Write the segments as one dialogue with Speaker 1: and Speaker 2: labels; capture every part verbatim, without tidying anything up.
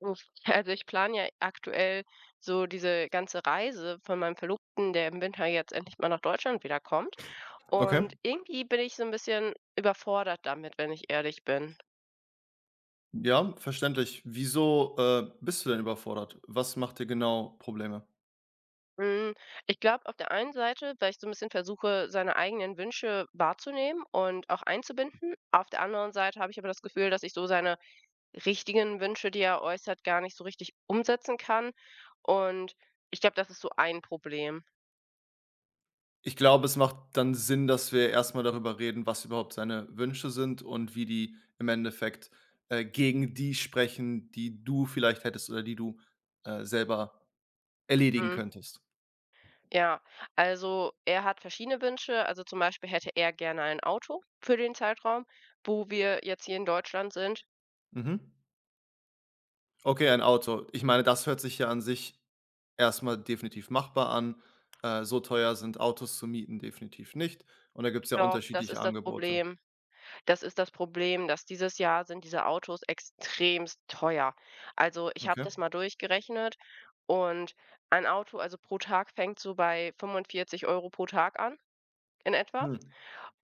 Speaker 1: Ich also, ich plane ja aktuell so diese ganze Reise von meinem Verlobten, der im Winter jetzt endlich mal nach Deutschland wiederkommt.
Speaker 2: Okay,
Speaker 1: Und irgendwie bin ich so ein bisschen überfordert damit, wenn ich ehrlich bin.
Speaker 2: ja, verständlich. Wieso, äh, bist du denn überfordert? Was macht dir genau Probleme?
Speaker 1: Hm, Ich glaube, auf der einen Seite, weil ich so ein bisschen versuche, seine eigenen Wünsche wahrzunehmen und auch einzubinden. Auf der anderen Seite habe ich aber das Gefühl, dass ich so seine richtigen Wünsche, die er äußert, gar nicht so richtig umsetzen kann. Und ich glaube, das ist so ein Problem.
Speaker 2: Ich glaube, es macht dann Sinn, dass wir erst mal darüber reden, was überhaupt seine Wünsche sind und wie die im Endeffekt, äh, gegen die sprechen, die du vielleicht hättest oder die du, äh, selber erledigen
Speaker 1: Mhm.
Speaker 2: könntest.
Speaker 1: Ja, also er hat verschiedene Wünsche. Also zum Beispiel hätte er gerne ein Auto für den Zeitraum, wo wir jetzt hier in Deutschland sind.
Speaker 2: Mhm. Okay, ein Auto. Ich meine, das hört sich ja an sich erst mal definitiv machbar an. Äh, so teuer sind Autos zu mieten definitiv nicht und da gibt es ja
Speaker 1: Doch, das
Speaker 2: unterschiedliche
Speaker 1: ist das
Speaker 2: Angebote.
Speaker 1: Problem. Das ist das Problem, dass dieses Jahr sind diese Autos extremst teuer. Also ich habe
Speaker 2: Okay.
Speaker 1: das mal durchgerechnet und ein Auto, also pro Tag fängt so bei fünfundvierzig Euro pro Tag an, in etwa.
Speaker 2: Hm.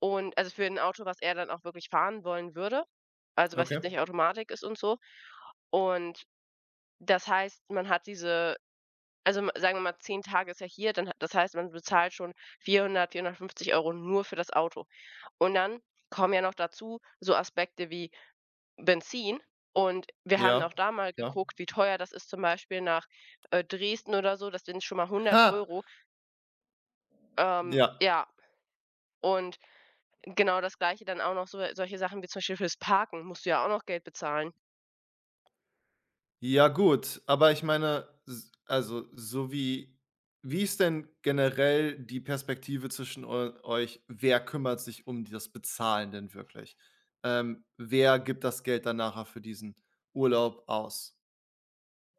Speaker 1: Und also für ein Auto, was er dann auch wirklich fahren wollen würde, also was
Speaker 2: Okay,
Speaker 1: jetzt nicht Automatik ist und so. Und das heißt, man hat diese. Also, m sagen wir mal, zehn Tage ist ja hier, dann ha- das heißt, man bezahlt schon vierhundert, vierhundertfünfzig Euro nur für das Auto. Und dann kommen ja noch dazu so Aspekte wie Benzin. Und wir haben
Speaker 2: ja,
Speaker 1: auch da mal
Speaker 2: klar.
Speaker 1: geguckt, wie teuer das ist, zum Beispiel nach, äh, Dresden oder so. Das sind schon mal 100
Speaker 2: Ha!
Speaker 1: Euro. Ähm,
Speaker 2: Ja.
Speaker 1: ja, und genau das Gleiche dann auch noch so solche Sachen wie zum Beispiel fürs Parken musst du ja auch noch Geld bezahlen.
Speaker 2: Ja gut, aber ich meine, s also, so wie wie ist denn generell die Perspektive zwischen eu euch? Wer kümmert sich um das Bezahlen denn wirklich? Ähm, wer gibt das Geld dann nachher für diesen Urlaub aus?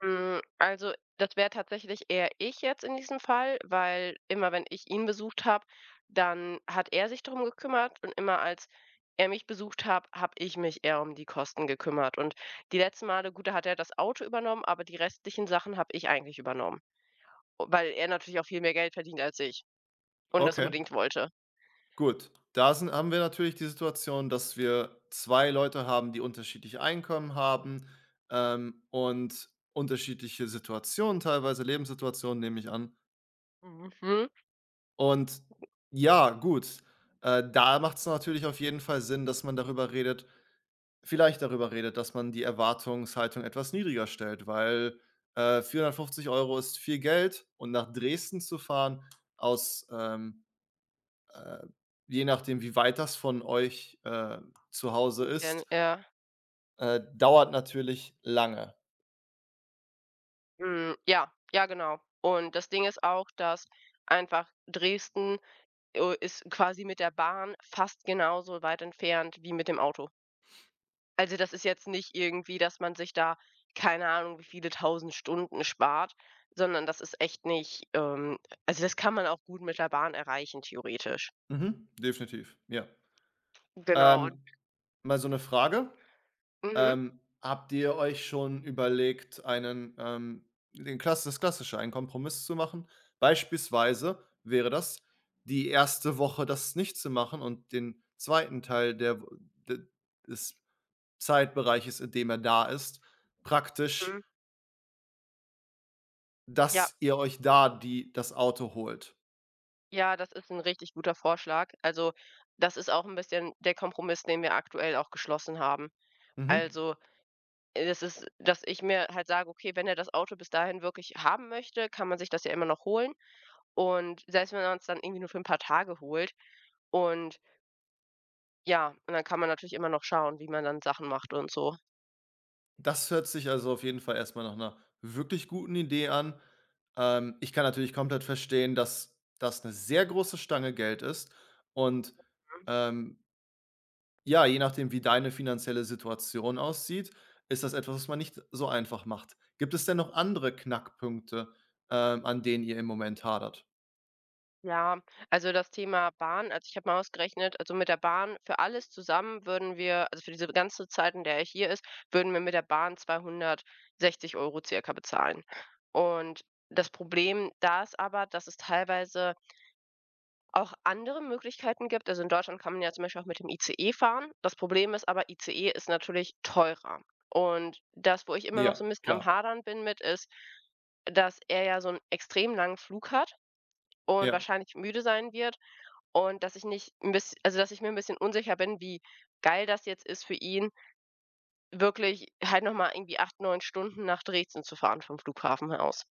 Speaker 1: Hm, also, das wäre tatsächlich eher ich jetzt in diesem Fall, weil immer, wenn ich ihn besucht habe, dann hat er sich drum gekümmert und immer als er mich besucht hat, habe ich mich eher um die Kosten gekümmert. Und die letzten Male, gut, da hat er das Auto übernommen, aber die restlichen Sachen habe ich eigentlich übernommen, weil er natürlich auch viel mehr Geld verdient als ich und das
Speaker 2: Okay,
Speaker 1: unbedingt wollte.
Speaker 2: gut. Da sind haben wir natürlich die Situation, dass wir zwei Leute haben, die unterschiedliche Einkommen haben, ähm, und unterschiedliche Situationen teilweise, Lebenssituationen, nehme ich an.
Speaker 1: Mhm.
Speaker 2: Und ja, gut, äh, da macht es natürlich auf jeden Fall Sinn, dass man darüber redet vielleicht darüber redet, dass man die Erwartungshaltung etwas niedriger stellt, weil, äh, vierhundertfünfzig Euro € ist viel Geld und nach Dresden zu fahren aus, ähm, äh je nachdem, wie weit das von euch, äh, zu Hause
Speaker 1: Und
Speaker 2: ist,
Speaker 1: er,
Speaker 2: äh, dauert natürlich lange.
Speaker 1: hm, ja, ja, genau. Und das Ding ist auch, dass einfach Dresden Oh, ist quasi mit der Bahn fast genauso weit entfernt wie mit dem Auto. Also, das ist jetzt nicht irgendwie, dass man sich da keine Ahnung, wie viele Tausend Stunden spart, sondern das ist echt nicht, ähm also, das kann man auch gut mit der Bahn erreichen, theoretisch.
Speaker 2: Mhm, definitiv, ja.
Speaker 1: Genau und
Speaker 2: Ähm, mal so eine Frage
Speaker 1: Mhm,
Speaker 2: Ähm, habt ihr euch schon überlegt, einen, ähm, den Klass das Klassische, einen Kompromiss zu machen? Beispielsweise wäre das, die erste Woche das nicht zu machen und den zweiten Teil der W de des Zeitbereiches, in dem er da ist, praktisch,
Speaker 1: mhm. Ja,
Speaker 2: dass ihr euch da die das Auto holt.
Speaker 1: ja, das ist ein richtig guter Vorschlag. Also, das ist auch ein bisschen der Kompromiss, den wir aktuell auch geschlossen haben.
Speaker 2: Mhm.
Speaker 1: Also, äh, das ist dass ich mir halt sage: „Okay, wenn er das Auto bis dahin wirklich haben möchte, kann man sich das ja immer noch holen." Und selbst wenn man es dann irgendwie nur für ein paar Tage holt und ja, und dann kann man natürlich immer noch schauen, wie man dann Sachen macht und so,
Speaker 2: Das hört sich also auf jeden Fall erstmal nach einer wirklich guten Idee an. Ähm, ich kann natürlich komplett verstehen, dass das eine sehr große Stange Geld ist und,
Speaker 1: ne?
Speaker 2: ähm, ja, je nachdem, wie deine finanzielle Situation aussieht, ist das etwas, was man nicht so einfach macht. Gibt es denn noch andere Knackpunkte, ähm, an denen ihr im Moment hadert?
Speaker 1: Ja, also das Thema Bahn, also, ich habe mal ausgerechnet, also mit der Bahn für alles zusammen würden wir, also für diese ganze Zeit, in der er hier ist, würden wir mit der Bahn zweihundertsechzig Euro circa bezahlen. Und das Problem da ist aber, dass es teilweise auch andere Möglichkeiten gibt. Also in Deutschland kann man ja zum Beispiel auch mit dem I C E fahren. Das Problem ist aber, I C E ist natürlich teurer. Und das, wo ich immer noch so
Speaker 2: Ja,
Speaker 1: ein bisschen am
Speaker 2: klar.
Speaker 1: Hadern bin mit, ist, dass er ja so einen extrem langen Flug hat und
Speaker 2: Ja.
Speaker 1: wahrscheinlich müde sein wird und dass ich nicht ein bisschen, also, dass ich mir ein bisschen unsicher bin, wie geil das jetzt ist für ihn, wirklich halt noch mal irgendwie acht, neun Stunden nach Dresden zu fahren vom Flughafen aus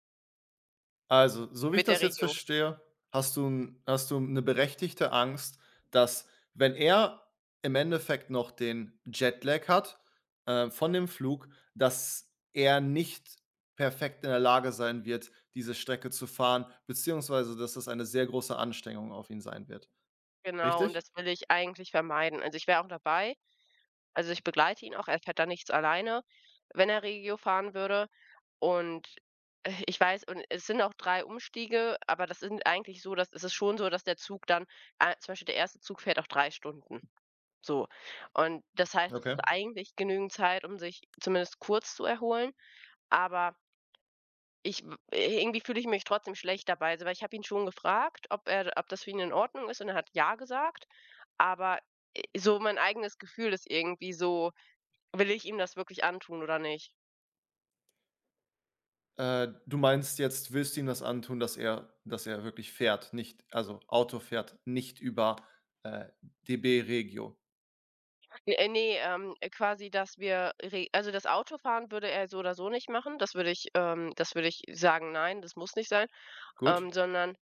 Speaker 2: Also, so wie ich
Speaker 1: mit
Speaker 2: das
Speaker 1: der
Speaker 2: jetzt
Speaker 1: Regio.
Speaker 2: verstehe, hast du 'n hast du eine berechtigte Angst, dass, wenn er im Endeffekt noch den Jetlag hat, äh, von dem Flug, dass er nicht perfekt in der Lage sein wird, diese Strecke zu fahren, beziehungsweise dass das eine sehr große Anstrengung auf ihn sein wird.
Speaker 1: Genau, und
Speaker 2: Richtig?
Speaker 1: das will ich eigentlich vermeiden. Also, ich wäre auch dabei. Also, ich begleite ihn auch, er fährt da nichts alleine, wenn er Regio fahren würde. Und, äh, ich weiß, und es sind auch drei Umstiege, aber das sind eigentlich so, dass es ist schon so, dass der Zug dann, äh, zum Beispiel der erste Zug, fährt auch drei Stunden, so. Und das heißt, es
Speaker 2: Okay.
Speaker 1: ist eigentlich genügend Zeit, um sich zumindest kurz zu erholen, aber ich w äh, irgendwie fühle ich mich trotzdem schlecht dabei, also, weil ich habe ihn schon gefragt, ob er ob das für ihn in Ordnung ist und er hat „ja" gesagt, aber, äh, so mein eigenes Gefühl ist irgendwie so. Will ich ihm das wirklich antun oder nicht?
Speaker 2: Äh, du meinst jetzt, willst du ihm das antun, dass er dass er wirklich fährt, nicht also Auto fährt, nicht über, äh, D B Regio.
Speaker 1: Äh, ne, ähm, äh, quasi, dass wir re also, das Autofahren würde er so oder so nicht machen. Das würde ich ähm, das würde ich sagen: „Nein, das muss nicht sein."
Speaker 2: Gut.
Speaker 1: Ähm, sondern,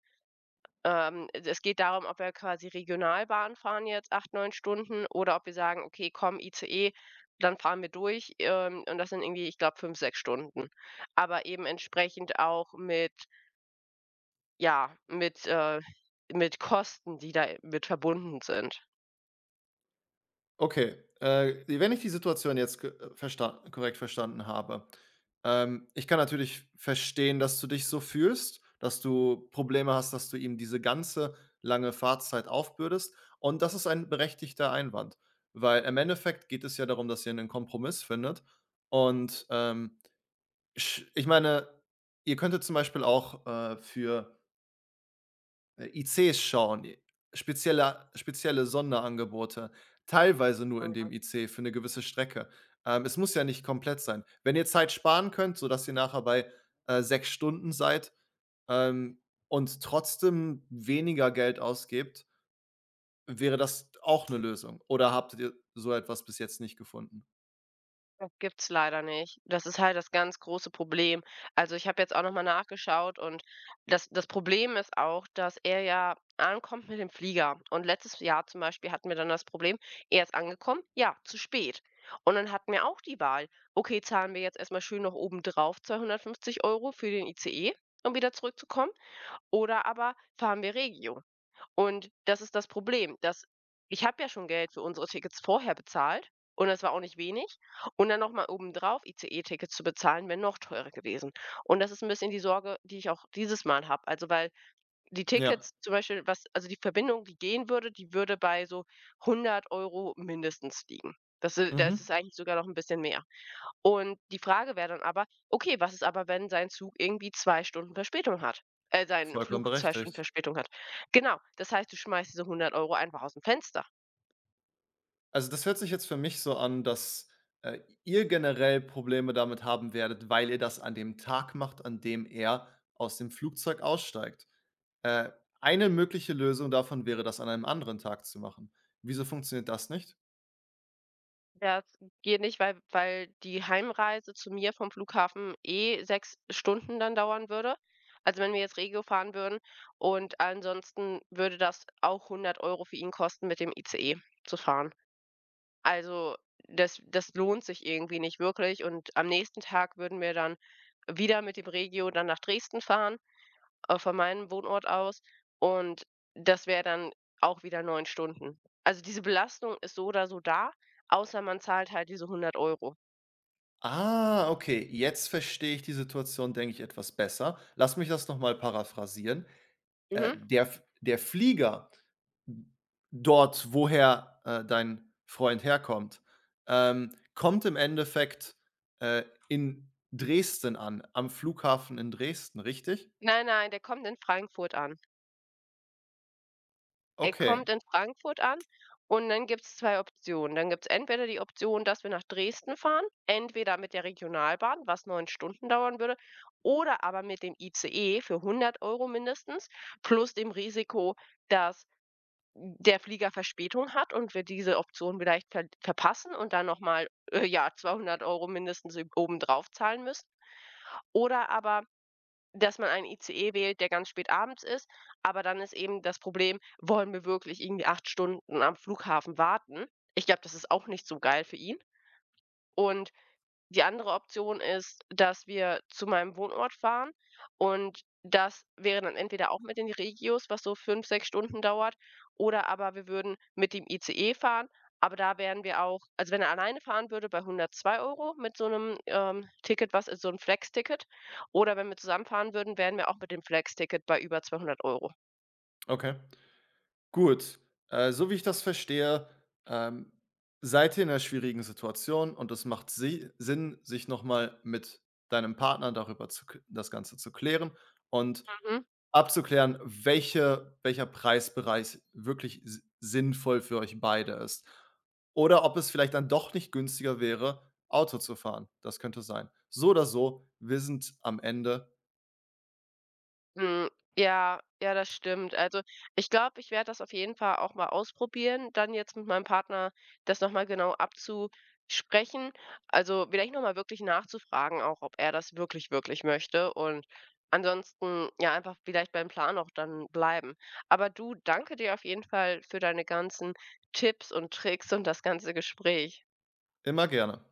Speaker 1: ähm, es geht darum, ob wir quasi Regionalbahn fahren jetzt acht, neun Stunden oder ob wir sagen: „Okay, komm, I C E, dann fahren wir durch." Ähm, und das sind irgendwie, ich glaube, fünf, sechs Stunden. Aber eben entsprechend auch mit ja, mit, äh mit Kosten, die da mit verbunden sind.
Speaker 2: Okay, äh, wenn ich die Situation jetzt ge äh, versta korrekt verstanden habe. Ähm, ich kann natürlich verstehen, dass du dich so fühlst, dass du Probleme hast, dass du ihm diese ganze lange Fahrtzeit aufbürdest und das ist ein berechtigter Einwand, weil im Endeffekt geht es ja darum, dass ihr einen Kompromiss findet und, ähm, sch ich meine, ihr könntet zum Beispiel auch, äh, für äh, I C-Schauen, spezielle spezielle Sonderangebote, teilweise nur in dem I C für eine gewisse Strecke. Ähm, es muss ja nicht komplett sein. Wenn ihr Zeit sparen könnt, sodass ihr nachher bei, äh, sechs Stunden seid, ähm, und trotzdem weniger Geld ausgebt, wäre das auch eine Lösung. Oder habt ihr so etwas bis jetzt nicht gefunden?
Speaker 1: Das gibt's leider nicht. Das ist halt das ganz große Problem. Also, ich habe jetzt auch noch mal nachgeschaut und das das Problem ist auch, dass er ja ankommt mit dem Flieger. Und letztes Jahr zum Beispiel hatten wir dann das Problem, er ist angekommen, ja, zu spät. Und dann hatten wir auch die Wahl: Okay, zahlen wir jetzt erst mal schön noch oben drauf zweihundertfünfzig Euro für den I C E, um wieder zurückzukommen, oder aber fahren wir Regio. Und das ist das Problem, dass ich habe ja schon Geld für unsere Tickets vorher bezahlt und das war auch nicht wenig, und dann noch mal obendrauf I C E-Tickets zu bezahlen, wäre noch teurer gewesen. Und das ist ein bisschen die Sorge, die ich auch dieses Mal habe. Also, weil die
Speaker 2: Ja,
Speaker 1: Tickets zum Beispiel, was, also, die Verbindung, die gehen würde, die würde bei so hundert Euro mindestens liegen. Das i
Speaker 2: mhm,
Speaker 1: das ist eigentlich sogar noch ein bisschen mehr. Und die Frage wäre dann aber: „Okay, was ist aber, wenn sein Zug irgendwie zwei Stunden Verspätung hat äh, sein
Speaker 2: vollkommen
Speaker 1: Flug zwei Stunden
Speaker 2: berechtigt.
Speaker 1: Verspätung hat?" Genau, das heißt, du schmeißt diese hundert Euro einfach aus dem Fenster.
Speaker 2: Also, das hört sich jetzt für mich so an, dass, äh, ihr generell Probleme damit haben werdet, weil ihr das an dem Tag macht, an dem er aus dem Flugzeug aussteigt. Äh, eine mögliche Lösung davon wäre, das an einem anderen Tag zu machen. Wieso funktioniert das nicht?
Speaker 1: Das geht nicht, weil weil die Heimreise zu mir vom Flughafen eh sechs Stunden dann dauern würde. Also, wenn wir jetzt Regio fahren würden, und ansonsten würde das auch hundert Euro für ihn kosten, mit dem I C E zu fahren. Also, das das lohnt sich irgendwie nicht wirklich, und am nächsten Tag würden wir dann wieder mit dem Regio dann nach Dresden fahren, äh, von meinem Wohnort aus, und das wäre dann auch wieder neun Stunden. Also, diese Belastung ist so oder so da, außer man zahlt halt diese hundert Euro.
Speaker 2: Ah, okay, jetzt verstehe ich die Situation, denke ich, etwas besser. Lass mich das noch mal paraphrasieren. Äh,
Speaker 1: Mhm.
Speaker 2: der F der Flieger dort, woher, äh, dein Freund herkommt, ähm, kommt im Endeffekt, äh, in Dresden an, am Flughafen in Dresden, richtig?
Speaker 1: Nein, nein, der kommt in Frankfurt an. Er
Speaker 2: Okay,
Speaker 1: kommt in Frankfurt an und dann gibt es zwei Optionen. Dann gibt es entweder die Option, dass wir nach Dresden fahren, entweder mit der Regionalbahn, was neun Stunden dauern würde, oder aber mit dem I C E für hundert Euro mindestens, plus dem Risiko, dass der Flieger Verspätung hat und wir diese Option vielleicht ver verpassen und dann noch mal, äh, ja, zweihundert Euro mindestens ü obendrauf zahlen müssen. Oder aber dass man einen I C E wählt, der ganz spät abends ist, aber dann ist eben das Problem: Wollen wir wirklich irgendwie acht Stunden am Flughafen warten? Ich glaube, das ist auch nicht so geil für ihn. Und die andere Option ist, dass wir zu meinem Wohnort fahren, und das wäre dann entweder auch mit den Regios, was so fünf, sechs Stunden dauert, oder aber wir würden mit dem I C E fahren, aber da wären wir auch, also, wenn er alleine fahren würde, bei hundertzwei Euro mit so einem, ähm, Ticket, was ist, so ein Flex-Ticket. Oder wenn wir zusammen fahren würden, wären wir auch mit dem Flex-Ticket bei über zweihundert Euro.
Speaker 2: okay, gut. Äh, so wie ich das verstehe, ähm, seid ihr in einer schwierigen Situation und es macht Si Sinn, sich noch mal mit deinem Partner darüber zu k das Ganze zu klären und
Speaker 1: Mhm.
Speaker 2: abzuklären, welche welcher Preisbereich wirklich si sinnvoll für euch beide ist. Oder ob es vielleicht dann doch nicht günstiger wäre, Auto zu fahren. Das könnte sein. So oder so, wir sind am Ende
Speaker 1: Mhm. Ja, ja, das stimmt. Also, ich glaube, ich werde das auf jeden Fall auch mal ausprobieren, dann jetzt mit meinem Partner das noch mal genau abzusprechen. Also, vielleicht noch mal wirklich nachzufragen auch, ob er das wirklich, wirklich möchte, und ansonsten, ja, einfach vielleicht beim Plan auch dann bleiben. Aber du, danke dir auf jeden Fall für deine ganzen Tipps und Tricks und das ganze Gespräch.
Speaker 2: immer gerne.